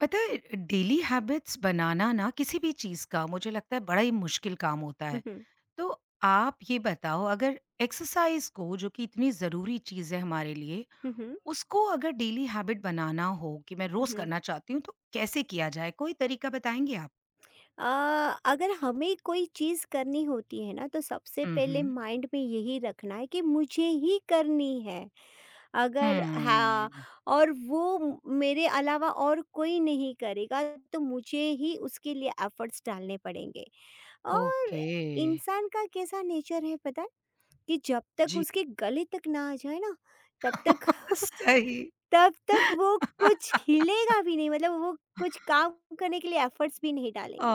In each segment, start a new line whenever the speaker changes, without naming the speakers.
पता है, daily habits बनाना ना किसी भी चीज़ का मुझे लगता है बड़ा ही मुश्किल काम होता
हुँ,
है।
हुँ।
तो आप ये बताओ, अगर एक्सरसाइज़ को, जो कि इतनी ज़रूरी चीज़ है हमारे लिए,
हुँ, हुँ।
उसको अगर डेली हैबिट बनाना हो कि मैं
हुँ,
रोज़
हुँ।
करना चाहती हूँ, तो कैसे किया जाए? कोई तरीका बताएँगे आप?
अ, अगर हमें कोई चीज़ करनी होती है ना तो सबसे
हुँ,
पहले
हुँ।
माइंड में यही रखना है कि मुझे ही करनी है। अगर हाँ,
हुँ।
और वो मेरे अलावा और कोई नहीं करेगा तो मुझे ही उसके लिए एफ़र्ट्स डालने पड़ेंगे। और
ओके।
इंसान का कैसा नेचर है पता है? कि जब तक
जी।
उसके गले तक ना आ जाए ना तब तक
सही।
तब तक वो कुछ हिलेगा भी नहीं, मतलब वो कुछ काम करने के लिए एफर्ट्स भी नहीं डालेंगे।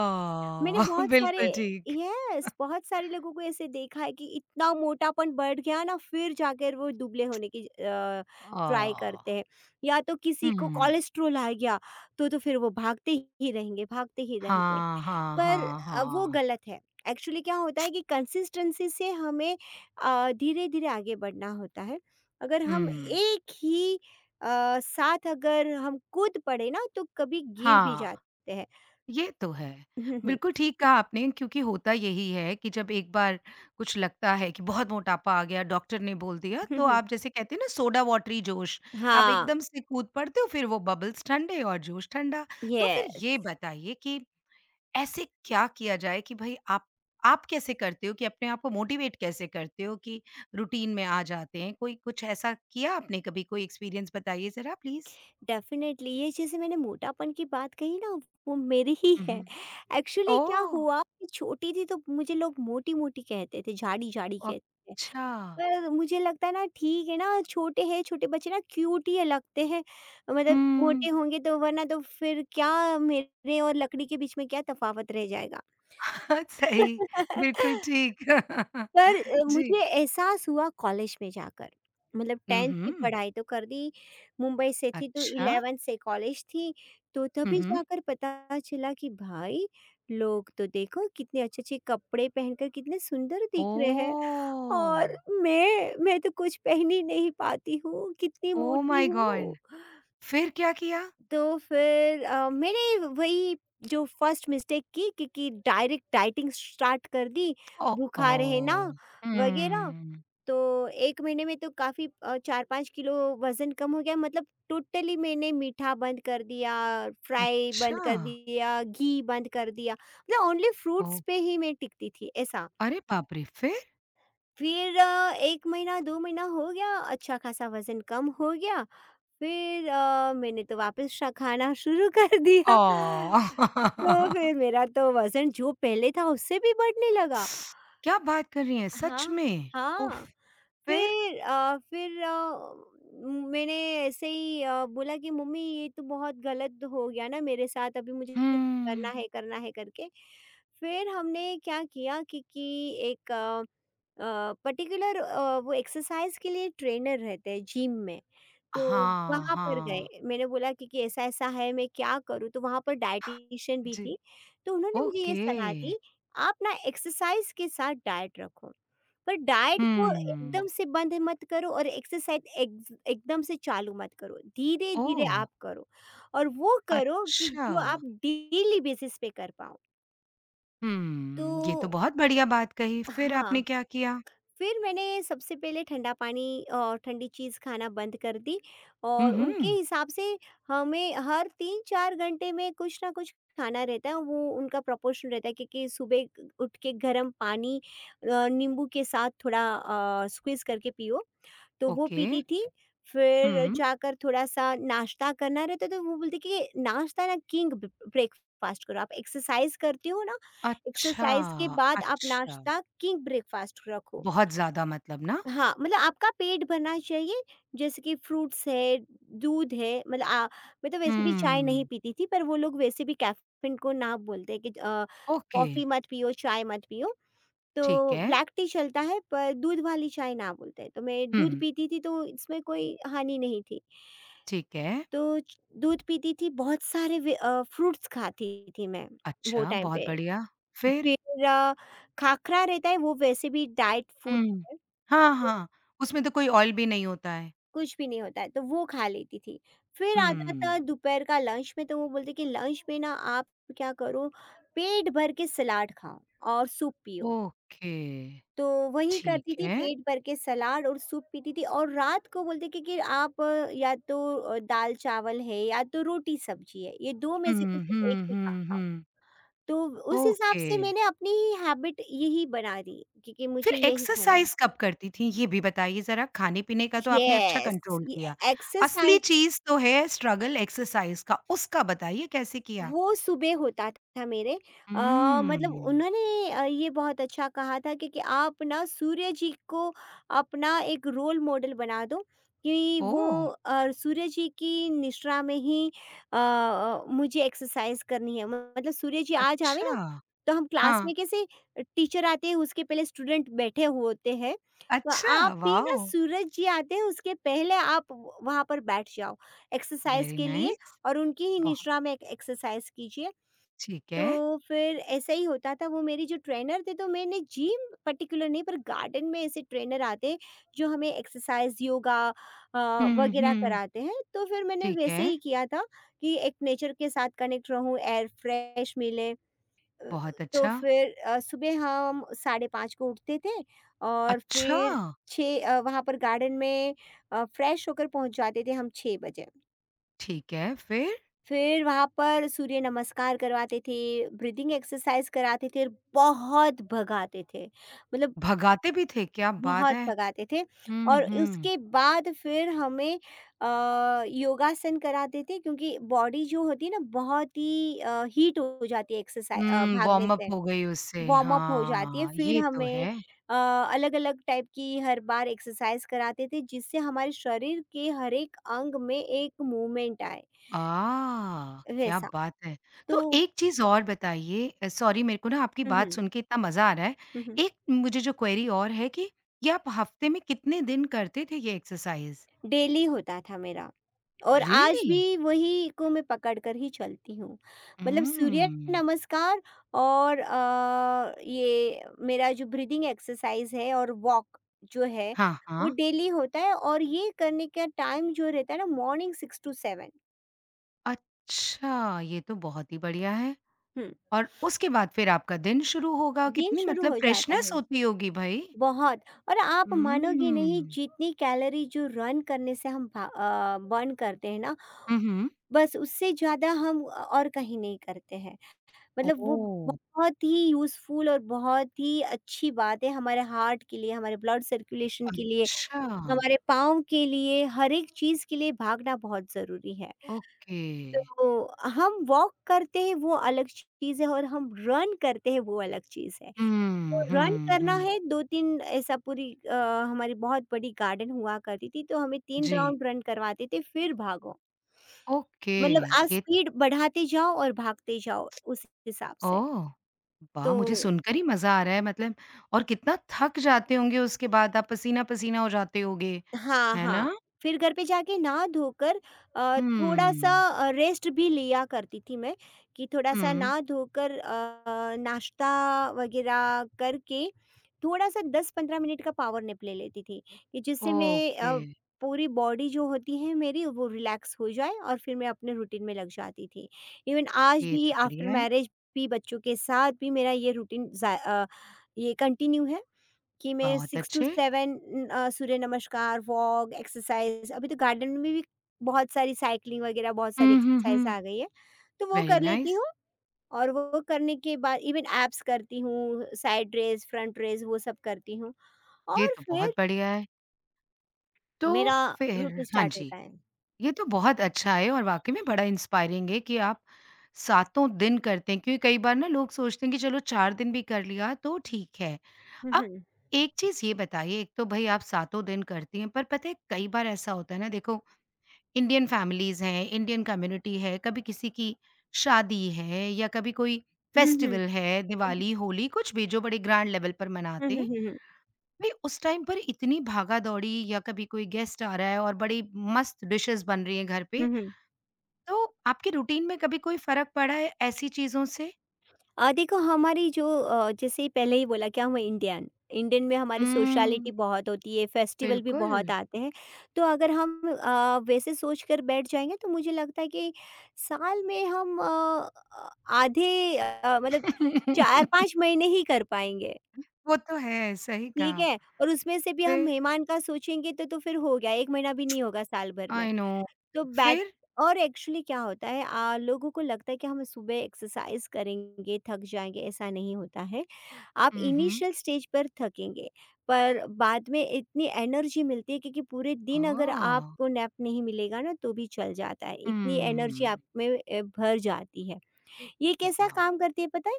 मैंने
बिल्कुल ठीक।
बहुत सारे लोगों को ऐसे देखा है कि इतना मोटापन बढ़ गया ना, फिर जाकर वो दुबले होने की ट्राई
ओह!
करते हैं। या तो किसी को
हुँ।
कोलेस्ट्रॉल आ गया तो फिर वो भागते ही रहेंगे, भागते ही रहेंगे।
हाँ, हाँ,
पर
हाँ,
वो
हाँ।
गलत है। एक्चुअली क्या होता है कि कंसिस्टेंसी से हमें धीरे-धीरे आगे बढ़ना होता है। अगर हम
हुँ।
एक ही साथ अगर हम कूद पड़े ना तो कभी गिर भी
हाँ,
जाते हैं।
ये तो है।
हुँ, हुँ।
बिल्कुल ठीक कहा आपने, क्योंकि होता यही है कि जब एक बार कुछ लगता है कि बहुत मोटापा आ गया, डॉक्टर ने बोल दिया,
हुँ,
तो
हुँ।
आप जैसे कहते हैं ना, सोडा वाटरी जोश, आप
हाँ,
एकदम से कूद पड़ते हो, फिर वो बबल्स ठंडे और जोश ठंडा। तो फिर
येस।
ये बताइए कि ऐसे क्या किया जाए कि भई आप कैसे करते हो कि अपने आप को मोटिवेट कैसे करते हो कि रूटीन में आ जाते हैं? कोई कुछ ऐसा किया आपने कभी? कोई एक्सपीरियंस बताइए ज़रा प्लीज़?
डेफिनेटली ये जैसे मैंने मोटापन की बात कही ना, वो मेरी ही
हुँ,
है।
हुँ।
एक्चुअली क्या
ओह!
हुआ कि छोटी थी तो मुझे लोग मोटी मोटी कहते थे, झाड़ी झाड़ी कहते थे।
अच्छा।
पर मुझे लगता है ना ठीक है ना, छोटे हैं छोटे बच्चे ना क्यूट ही लगते हैं, मतलब
हुँ।
मोटे होंगे तो, वरना तो फिर क्या मेरे और लकड़ी के बीच में क्या तफावत रह जाएगा।
सही, बिल्कुल ठीक।
पर
जी।
मुझे एहसास हुआ कॉलेज में जाकर, मतलब 10th की
उहुँ।
पढ़ाई तो कर दी, मुंबई से थी तो
अच्छा।
11th से कॉलेज थी, तो
हुँ,
तभी
हुँ।
जाकर पता चला कि भाई लोग तो देखो कितने अच्छे-अच्छे कपड़े पहनकर कितने सुंदर दिख रहे हैं,
ओह!
और मैं तो कुछ पहन ही नहीं पाती हूँ, कितनी
ओह
मोटी
माय
हूँ।
गॉड! फिर क्या किया?
तो फिर मैंने वही जो फर्स्ट मिस्टेक की, क्योंकि डायरेक्ट डाइटिंग स्टार्ट कर दी,
ओ
भूखा रहना
ओह!
वगैरह।
हुँ।
तो 1 महीने में तो काफ़ी 4-5 किलो वज़न कम हो गया, मतलब टोटली मैंने मीठा बंद कर दिया, फ्राई बंद
अच्छा,
कर दिया, घी बंद कर दिया, मतलब ओनली फ्रूट्स
ओह!
पे ही मैं टिकती थी ऐसा।
अरे बाप रे! फिर?
फिर 1 महीना 2 महीना हो गया, अच्छा खासा वज़न कम हो गया, फिर मैंने तो वापस श खाना शुरू कर दिया।
ओह!
तो फिर मेरा तो वज़न जो पहले था उससे भी बढ़ने लगा।
क्या बात कर रही हैं, सच
हाँ,
में? उफ़!
हाँ।
फिर?
फिर अ, फिर अ, मैंने ऐसे ही बोला कि मम्मी ये तो बहुत गलत हो गया ना मेरे साथ, अभी मुझे
हुँ।
करना है करके फिर हमने क्या किया कि, एक पर्टिकुलर वो एक्सरसाइज के लिए ट्रेनर रहते हैं जिम में। तो
हाँ,
वहाँ पर
हाँ।
गए, मैंने बोला कि, ऐसा ऐसा है मैं क्या करूँ, तो वहाँ पर डाइटिशियन भी
जी,
थी, तो उन्होंने मुझे ये
ओके।
सलाह दी। आप ना एक्सरसाइज के साथ डाइट रखो, पर डाइट को
हुँ।
एकदम से बंद मत करो और एक्सरसाइज एकदम से चालू मत करो, धीरे धीरे
ओह!
आप करो और वो करो कि
अच्छा।
जो आप डेली बेसिस पे कर पाओ। तो
हुँ, ये तो बहुत बढ़िया बात कही। फिर आपने
हाँ,
क्या किया?
फिर मैंने सबसे पहले ठंडा पानी और ठंडी चीज़ खाना बंद कर दी,
हुँ,
और उनके
हुँ।
हिसाब से हमें हर 3-4 घंटे में कुछ ना कुछ खाना रहता है, वो उनका प्रोपोर्शन रहता है। क्योंकि सुबह ग उठ के गर्म पानी नींबू के साथ थोड़ा स्क्वीज़ करके पियो, तो वो
ओके।
पीती थी। फिर
हुँ।
जाकर थोड़ा-सा नाश्ता करना रहता, तो वो बोलती कि नाश्ता ना किंग ब ब्रेकफ़ास्ट करो, आप एक्सरसाइज़ करती हो ना,
अच्छा,
एक्सरसाइज़ के बाद आप
अच्छा।
नाश्ता किंग ब्रेकफ़ास्ट रखो।
बहुत ज़्यादा मतलब ना?
हाँ, मतलब आपका पेट भरना चाहिए, जैसे कि फ्रूट्स है, दूध है, मतलब आ मैं तो वैसे भी चाय नहीं
हुँ।
पीती थी, पर वो लोग वैसे भी कैफ़ीन को ना बोलते हैं कि
ओके,
कॉफ़ी मत पियो, चाय मत पियो।
ठीक
तो
है।
ब्लैक टी चलता है, पर दूध वाली चाय ना बोलते हैं, तो मैं दूध
हुँ,
पीती थी, तो इसमें कोई हानि नहीं थी।
ठीक है।
तो च दूध पीती थी, बहुत सारे फ्रूट्स खाती थी मैं, वो
अच्छा,
टाइम पे।
बहुत बढ़िया। फिर?
फिर खाखरा रहता है, वो वैसे भी डाइट फूड
हुँ।
है।
हाँ, हाँ। उसमें तो कोई ऑयल भी नहीं होता है।
कुछ भी नहीं होता है, तो वो खा लेती थी। फिर आता था
हुँ।
दोपहर का लंच में, तो वो बोलते कि लंच में ना आप क्या करो, पेट भर के सलाद खाओ और सूप पियो।
ओके,
तो वही करती
ठीक
थी,
है।
पेट भर के सलाद और सूप पीती थी, और रात को बोलते कि आप या तो दाल-चावल है, या तो रोटी-सब्जी है, ये 2 में
हुँ,
से कुछ एक
हुँ,
ही
हुँ,
खाओ।
हुँ।
तो उस हिसाब
ओके।
से मैंने अपनी ही हैबिट यही बना दी, क्योंकि
फिर
मुझे यही खाना है।
एक्सरसाइज़ कब करती थीं? ये भी बताइए ज़रा, खाने-पीने का तो आपने अच्छा
यस,
कंट्रोल
ये
किया। असली
एक्सरसाइज
चीज़ तो है स्ट्रगल एक्सरसाइज़ का, उसका बताइए कैसे किया?
वो सुबह होता था मेरे अ, मतलब
हुँ।
उन्होंने ये बहुत अच्छा कहा था कि, आप ना सूर्य जी को अपना एक रोल मॉडल बना दो, कि वो
ओह!
सूर्य जी की निश्रा में ही मुझे एक्सरसाइज करनी है, मतलब सूर्य जी आ जावे
अच्छा।
ना, तो हम क्लास
हाँ।
में कैसे टीचर आते हैं उसके पहले स्टूडेंट बैठे होते हैं, तो
अच्छा,
आप भी ना
वॉव!
सूरज जी आते हैं उसके पहले आप वहां पर बैठ जाओ एक्सरसाइज
वेरी
के लिए,
नाइस।
और उनकी ही
बहुत
निश्रा में एक एक्सरसाइज कीजिए।
ठीक
तो
है।
फिर ऐसा ही होता था। वो मेरी जो ट्रेनर थे, तो मैंने जिम पर्टिकुलर नहीं, पर गार्डन में ऐसे ट्रेनर आते हैं जो हमें एक्सरसाइज, योगा
हुँ,
वगैरह
हुँ।
कराते हैं। तो फिर मैंने
ठीक
वैसे
है,
ही किया था कि एक नेचर के साथ कनेक्ट रहूँ, एयर फ्रेश मिले। अ,
बहुत
तो
अच्छा।
फिर सुबह हम 5:30 को उठते थे, और
अच्छा!
फिर 6 वहाँ पर गार्डन में फ्रेश होकर पहुँच जाते थे हम 6 बजे।
ठीक है, फिर?
फिर वहाँ पर सूर्य नमस्कार करवाते थे, ब्रीदिंग एक्सरसाइज़ कराते थे और बहुत भगाते थे। मतलब
भगाते भी थे, क्या बात
बहुत
है!
भगाते थे,
हुँ,
और
हुँ।
उसके बाद फिर हमें योगासन कराते थे क्योंकि बॉडी जो होती है ना बहुत ही हीट हो जाती है
हुँ,
भागने
वार्म अप
से,
हो गई उससे।
वार्म अप हो जाती है।
हाँ,
फिर
ये तो
हमें
है।
अलग-अलग टाइप की हर बार एक्सरसाइज़ कराते थे, जिससे हमारे शरीर के हर एक अंग में एक मूवमेंट आए,
आह! क्या
वैसा।
बात है!
तो।
तो एक चीज़ और बताइए, सॉरी मेरे को ना आपकी
हुँ,
बात
हुँ।
सुन के इतना मज़ा आ रहा है।
हुँ, हुँ।
एक मुझे जो क्वेरी और है कि ये आप हफ़्ते में कितने दिन करते थे ये एक्सरसाइज़?
डेली होता था मेरा, और आज
रियली?
भी वही को मैं पकड़ कर ही चलती हूँ। मतलब सूर्य
उम्म,
नमस्कार और ये मेरा जो ब्रीदिंग एक्सरसाइज है और वॉक जो है,
हाँ,
वो
हाँ।
डेली होता है, और ये करने का टाइम जो रहता है ना मॉर्निंग 6 टू 7।
अच्छा, ये तो बहुत ही बढ़िया है।
हुँ,
और उसके बाद फिर आपका दिन शुरू होगा,
दिन
कितनी
शुरू
मतलब
हो जाता
फ्रेशनेस
है।
होती होगी भई।
बहुत। और आप मानोगे
उम्म,
नहीं, जितनी कैलोरी जो रन करने से हम बर्न करते हैं ना,
हुँ, हुँ।
बस उससे ज़्यादा हम और कहीं नहीं करते हैं। मतलब वो
ओह!
बहुत ही यूज़फुल और बहुत ही अच्छी बात है, हमारे हार्ट के लिए, हमारे ब्लड सर्कुलेशन के लिए,
अच्छा,
हमारे पाँव के लिए, हर एक चीज़ के लिए भागना बहुत ज़रूरी है।
ओके।
तो हम वॉक करते हैं वो अलग चीज़ है, और हम रन करते हैं वो अलग चीज़ है। तो
हुँ,
रन
हुँ,
करना
हुँ।
है 2-3, ऐसा पूरी हमारी बहुत बड़ी गार्डन हुआ करती थी, तो हमें 3
जी,
राउंड रन करवाते थे, फिर भागो।
ओके
मतलब आप
ये
स्पीड बढ़ाते जाओ और भागते जाओ, उस हिसाब से।
ओह! वाह! मुझे
तो
सुनकर ही मज़ा आ रहा है मतलब और कितना थक जाते होंगे उसके बाद, आप पसीना-पसीना हो जाते होंगे,
हाँ,
है
हाँ।
ना?
फिर घर पे जाके नहा धोकर थोड़ा-सा
हुँ,
रेस्ट भी लिया करती थी मैं, कि थोड़ा-सा
हुँ,
नहा धोकर नाश्ता वग़ैरह करके थोड़ा-सा 10-15 मिनट का पावर नैप ले लेती थी, कि जिससे मैं
ओके
पूरी बॉडी जो होती है मेरी वो रिलैक्स हो जाए, और फिर मैं अपने रूटीन में लग जाती थी। इवन आज
ये
भी
तो
आफ्टर
बढ़िया है,
मैरिज भी बच्चों के साथ भी मेरा ये रूटीन ये कंटिन्यू है। कि मैं
बहुत
6 टू
अच्छे।
7 सूर्य नमस्कार, वॉक, एक्सरसाइज़। अभी तो गार्डन में भी बहुत सारी साइक्लिंग वगैरह बहुत सारी
हुँ, हुँ,
एक्सरसाइज़
हुँ,
आ गई है, तो वो
वेरी
कर लेती
नाइस
हूँ, और वो करने के बाद इवन एब्स करती हूँ, साइड रेज़, फ्रंट रेज़, वो सब करती हूँ
ये
और
तो
फिर
बहुत बढ़िया है। तो
मेरा
फिर
रूटीन
हाँ
स्टार्ट
जी,
होता है।
ये तो बहुत अच्छा है और वाक़ई में बड़ा इंस्पायरिंग है कि आप सातों दिन करते हैं, क्योंकि कई बार ना लोग सोचते हैं कि चलो 4 दिन भी कर लिया तो ठीक है।
हुँ,
अब
हुँ।
एक चीज़ ये बताइए, एक तो भई आप सातों दिन करती हैं, पर पता है कई बार ऐसा होता है ना, देखो, इंडियन फैमिलीज़ हैं, इंडियन कम्युनिटी है, कभी किसी की शादी है या कभी कोई
हुँ, हुँ।
फेस्टिवल है, दिवाली, होली, कुछ भी जो बड़े ग्रैंड लेवल पर
हुँ,
मनाते
हुँ।
हैं।
हुँ, हुँ।
भई उस टाइम पर इतनी भागा-दौड़ी, या कभी कोई गेस्ट आ रहा है और बड़ी मस्त डिशेज़ बन रही हैं घर
हुँ,
पे,
हुँ,
तो आपके रूटीन में कभी कोई फ़र्क पड़ा है ऐसी चीज़ों से?
देखो हमारी जो जैसे ही पहले ही बोला क्या, हम इंडियन, इंडियन में हमारी सोशलिटी
हुँ,
बहुत होती है, फेस्टिवल भी
बिल्कुल।
बहुत आते हैं। तो अगर हम वैसे सोच कर बैठ जाएंगे तो मुझे लगता है कि साल में हम अ, आधे मतलब चार पांच महीने ही कर पाएंगे।
वो तो है, सही
ठीक
कहा।
है, और उसमें से भी हम
फिर?
मेहमान का सोचेंगे तो फिर हो गया, एक महीना भी नहीं होगा साल भर में।
I know.
तो बैट,
फिर?
और एक्चुअली क्या होता है, लोगों को लगता है कि हम सुबह एक्सरसाइज करेंगे थक जाएंगे, ऐसा नहीं होता है। आप
हुँ, हुँ।
इनिशियल स्टेज पर थकेंगे पर बाद में इतनी एनर्जी मिलती है, क्योंकि पूरे दिन अगर
ओह!
आपको नैप नहीं मिलेगा ना तो भी चल जाता है, इतनी एनर्जी
हुँ।
आप में भर जाती है। ये कैसा
वाह!
काम करती है पता है?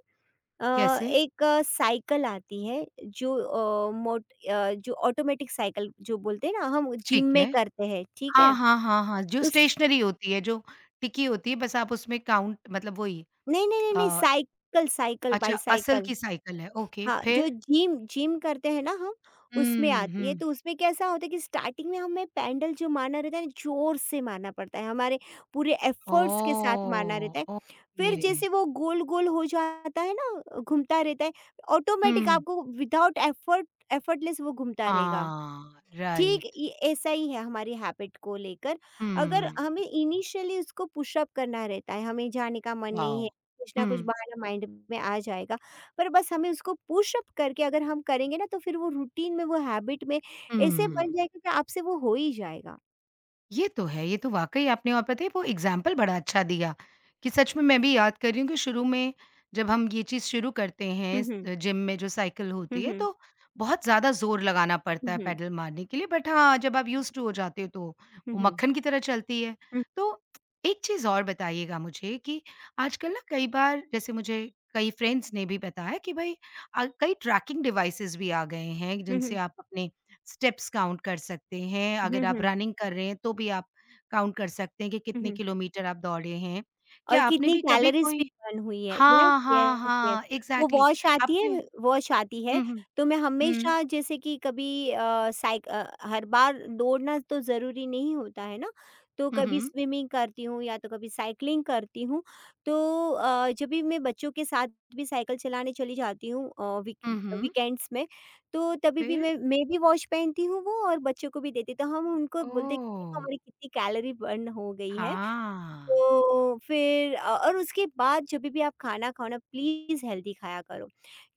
कैसे?
एक साइकिल आती है, जो जो ऑटोमेटिक साइकिल जो बोलते हैं ना, हम जिम
ठीक
में
है।
करते हैं, ठीक है?
हाँ, हाँ, हाँ, हाँ, जो
उस
स्टेशनरी होती है, जो टिकी होती है, बस आप उसमें काउंट मतलब वही
नहीं, नहीं, नहीं, नहीं,
अ,
साइकिल साइकिल
अच्छा असल
बाईसाइकिल।
की साइकिल है, ओके,
हाँ, जो
फिर?
जिम जिम करते हैं ना हम, उसमें
हुँ,
आती है।
हुँ।
तो उसमें कैसा होता है कि स्टार्टिंग में हमें पैडल जो मारना रहता है ना, ज़ोर से मारना पड़ता है, हमारे पूरे एफर्ट्स के साथ मारना
ओह!
रहता है।
ओके।
फिर जैसे वो गोल-गोल हो जाता है ना, घूमता रहता है, ऑटोमेटिक
हुँ।
आपको विदाउट एफर्ट एफर्टलेस वो घूमता रहेगा।
हाँ,
ठीक,
राइट।
ये ऐसा ही है हमारी हैबिट को लेकर। अगर
हुँ।
हमें इनिशियली उसको पुश अप करना रहता है, हमें जाने का मन नहीं
वाओ!
है, कुछ ना कुछ
हुँ,
बहाना माइंड में आ जाएगा, पर बस हमें उसको पुश अप करके अगर हम करेंगे ना, तो फिर वो रूटीन में, वो हैबिट में ऐसे बन
हुँ।
जाएगा कि आपसे वो हो ही जाएगा।
ये तो है, ये तो वाक़ई आपने, और पता है वो एग्ज़ाम्पल बड़ा अच्छा दिया, कि सच में मैं भी याद कर रही हूँ कि शुरू में जब हम ये चीज़ शुरू करते
हुँ,
हैं स
हुँ।
जिम में जो साइकिल
हुँ,
होती है
हुँ।
तो बहुत ज़्यादा ज़ोर लगाना
हुँ,
पड़ता है
हुँ।
पैडल मारने के लिए, बट हाँ, जब आप यूज़्ड टू हो जाते हो तो
हुँ,
वो
हुँ।
मक्खन की तरह चलती है।
हुँ,
तो एक चीज़ और बताइएगा मुझे कि आजकल ना कई बार, जैसे मुझे कई फ्रेंड्स ने भी बताया कि भई कई ट्रैकिंग डिवाइसेज़ भी आ गए हैं
हुँ,
जिनसे
हुँ।
आप अपने स्टेप्स काउंट कर सकते हैं,
हुँ,
अगर आप
हुँ।
रनिंग कर रहे हैं तो भी आप काउंट कर सकते हैं कि
हुँ,
कितने
हुँ।
किलोमीटर आप दौड़े हैं।
और
क्या आपने
कितनी
भी कभी
कैलोरीज़ भी
कोई
बर्न हुई है। यस,
हाँ, हाँ,
यस, यस।
हाँ,
वो
एग्ज़ैक्टली
वॉश आती है,
आपने
वॉश आती है,
हुँ, हुँ,
तो मैं
हुँ,
हमेशा जैसे कि कभी हर बार दौड़ना तो ज़रूरी नहीं होता है ना, तो
हुँ,
कभी
हुँ,
स्विमिंग करती हूँ, या तो कभी साइक्लिंग करती हूँ। तो जब भी मैं बच्चों के साथ भी साइकिल चलाने चली जाती हूँ
हुँ, हुँ,
वीकेंड्स में, तो तभी भी
फिर?
मैं भी वॉश पहनती हूँ वो, और बच्चों को भी देती। तो हम उनको बोलते हैं कि देखो
ओह!
हमारी कितनी कैलोरी बर्न हो गई है।
हाँ,
तो फिर और उसके बाद जभी भी आप खाना खाओ ना प्लीज़ हेल्दी खाया करो।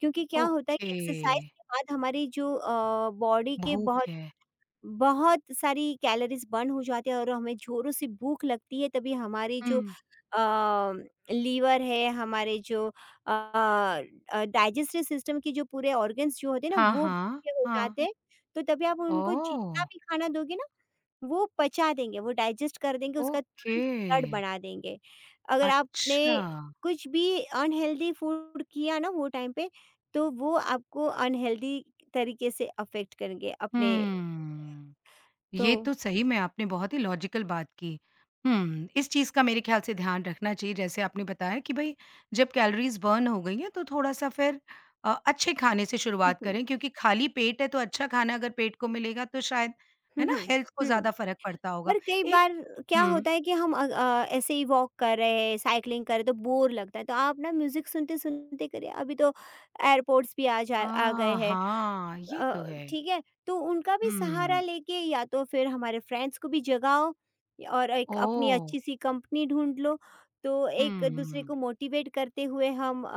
क्योंकि क्या होता है कि
ओके,
एक्सरसाइज़ के बाद हमारी जो बॉडी के
भूख
बहुत
है।
बहुत सारी कैलोरीज़ बर्न हो जाती है और हमें ज़ोरों से भूख लगती है, तभी हमारी जो
हुँ,
अ, लीवर है, हमारे जो अ डाइजेस्टिव सिस्टम के जो पूरे ऑर्गन्स जो होते हैं ना
हाँ,
वो
हाँ,
भूखे हो
हाँ,
जाते हैं। तो तभी आप उनको
ओह!
जितना भी खाना दोगे ना, वो पचा देंगे, वो डाइजेस्ट कर देंगे, उसका
ओके,
तुरंत ब्लड बना देंगे। अगर आपने
अच्छा,
कुछ भी अनहेल्दी फूड किया ना वो टाइम पे, तो वो आपको अनहेल्दी तरीके से अफ़ेक्ट करेंगे अपने।
हुँ।
तो।
ये तो सही में आपने बहुत ही लॉजिकल बात की। हुँ, इस चीज़ का मेरे ख़्याल से ध्यान रखना चाहिए। जैसे आपने बताया कि भई जब कैलोरीज़ बर्न हो गई हैं तो थोड़ा-सा फिर अच्छे खाने से
हुँ,
शुरुआत
हुँ।
करें, क्योंकि खाली पेट है, तो अच्छा खाना अगर पेट को मिलेगा तो शायद है
हुँ,
ना
हुँ,
हेल्थ को
हुँ।
ज़्यादा फ़र्क पड़ता होगा।
और कई
एक
बार क्या
हुँ।
होता है कि हम ऐसे ही वॉक कर रहे हैं, साइक्लिंग कर रहे हैं तो बोर लगता है, तो आप ना म्यूज़िक सुनते-सुनते करिए। अभी तो एयरपोड्स भी
अ,
आ गए हैं।
हाँ, ये
अ,
तो है।
ठीक है? तो उनका भी सहारा
हुँ,
लेके, या तो फिर हमारे फ्रेंड्स को भी जगाओ और एक अपनी
ओह!
अच्छी-सी कंपनी ढूँढ लो, तो एक-दूसरे को
हुँ,
मोटिवेट करते हुए हम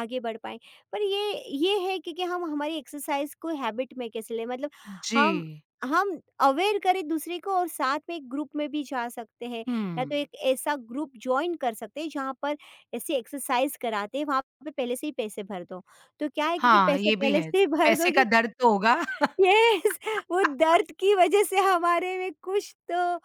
आगे बढ़ पाएँ। पर ये है कि हम हमारी एक्सरसाइज़ को हैबिट में कैसे लें? मतलब
जी।
हम हम अवेयर करें दूसरे को, और साथ में एक ग्रुप में भी जा सकते हैं,
हुँ,
या तो एक ऐसा ग्रुप जॉइन कर सकते हैं जहाँ पर ऐसी एक्सरसाइज़ कराते हैं, वहाँ पे पहले से ही पैसे भर दो। तो क्या है कि
हाँ,
पैसे
ये भी
पहले
है।
से ही भर
पैसे
दोगे,
का दर्द तो होगा।
यस। वो दर्द की वजह से हमारे में कुछ तो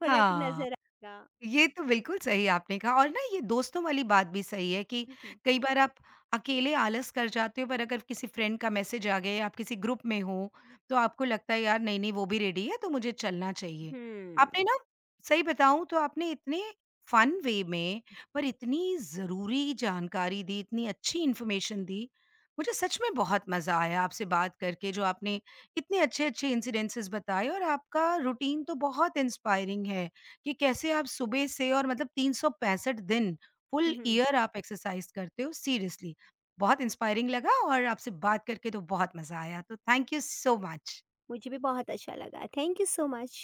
फ़र्क
हाँ।
नज़र आएगा।
ये तो बिल्कुल सही आपने कहा, और ना ये दोस्तों वाली बात भी सही है कि
हुँ, हुँ।
कई बार आप अकेले आलस कर जाते हो, पर अगर किसी फ्रेंड का मैसेज आ गया या आप किसी ग्रुप में हो तो आपको लगता है यार नहीं नहीं वो भी रेडी है तो मुझे चलना चाहिए। आपने ना, सही बताऊं तो आपने इतने फन वे में पर इतनी जरूरी जानकारी दी, इतनी अच्छी इन्फॉर्मेशन दी, मुझे सच में बहुत मजा आया आपसे बात करके। जो आपने इतने अच्छे अच्छे इंसिडेंसेस बताए, और आपका रूटीन तो बहुत इंस्पायरिंग है कि कैसे आप सुबह से, और मतलब 365 दिन फुल
हुँ, हुँ।
ईयर आप एक्सरसाइज करते हो सीरियसली। बहुत इंस्पायरिंग लगा, और आपसे बात करके तो बहुत मज़ा आया। तो थैंक यू सो मच।
मुझे भी बहुत अच्छा लगा। Thank you so much.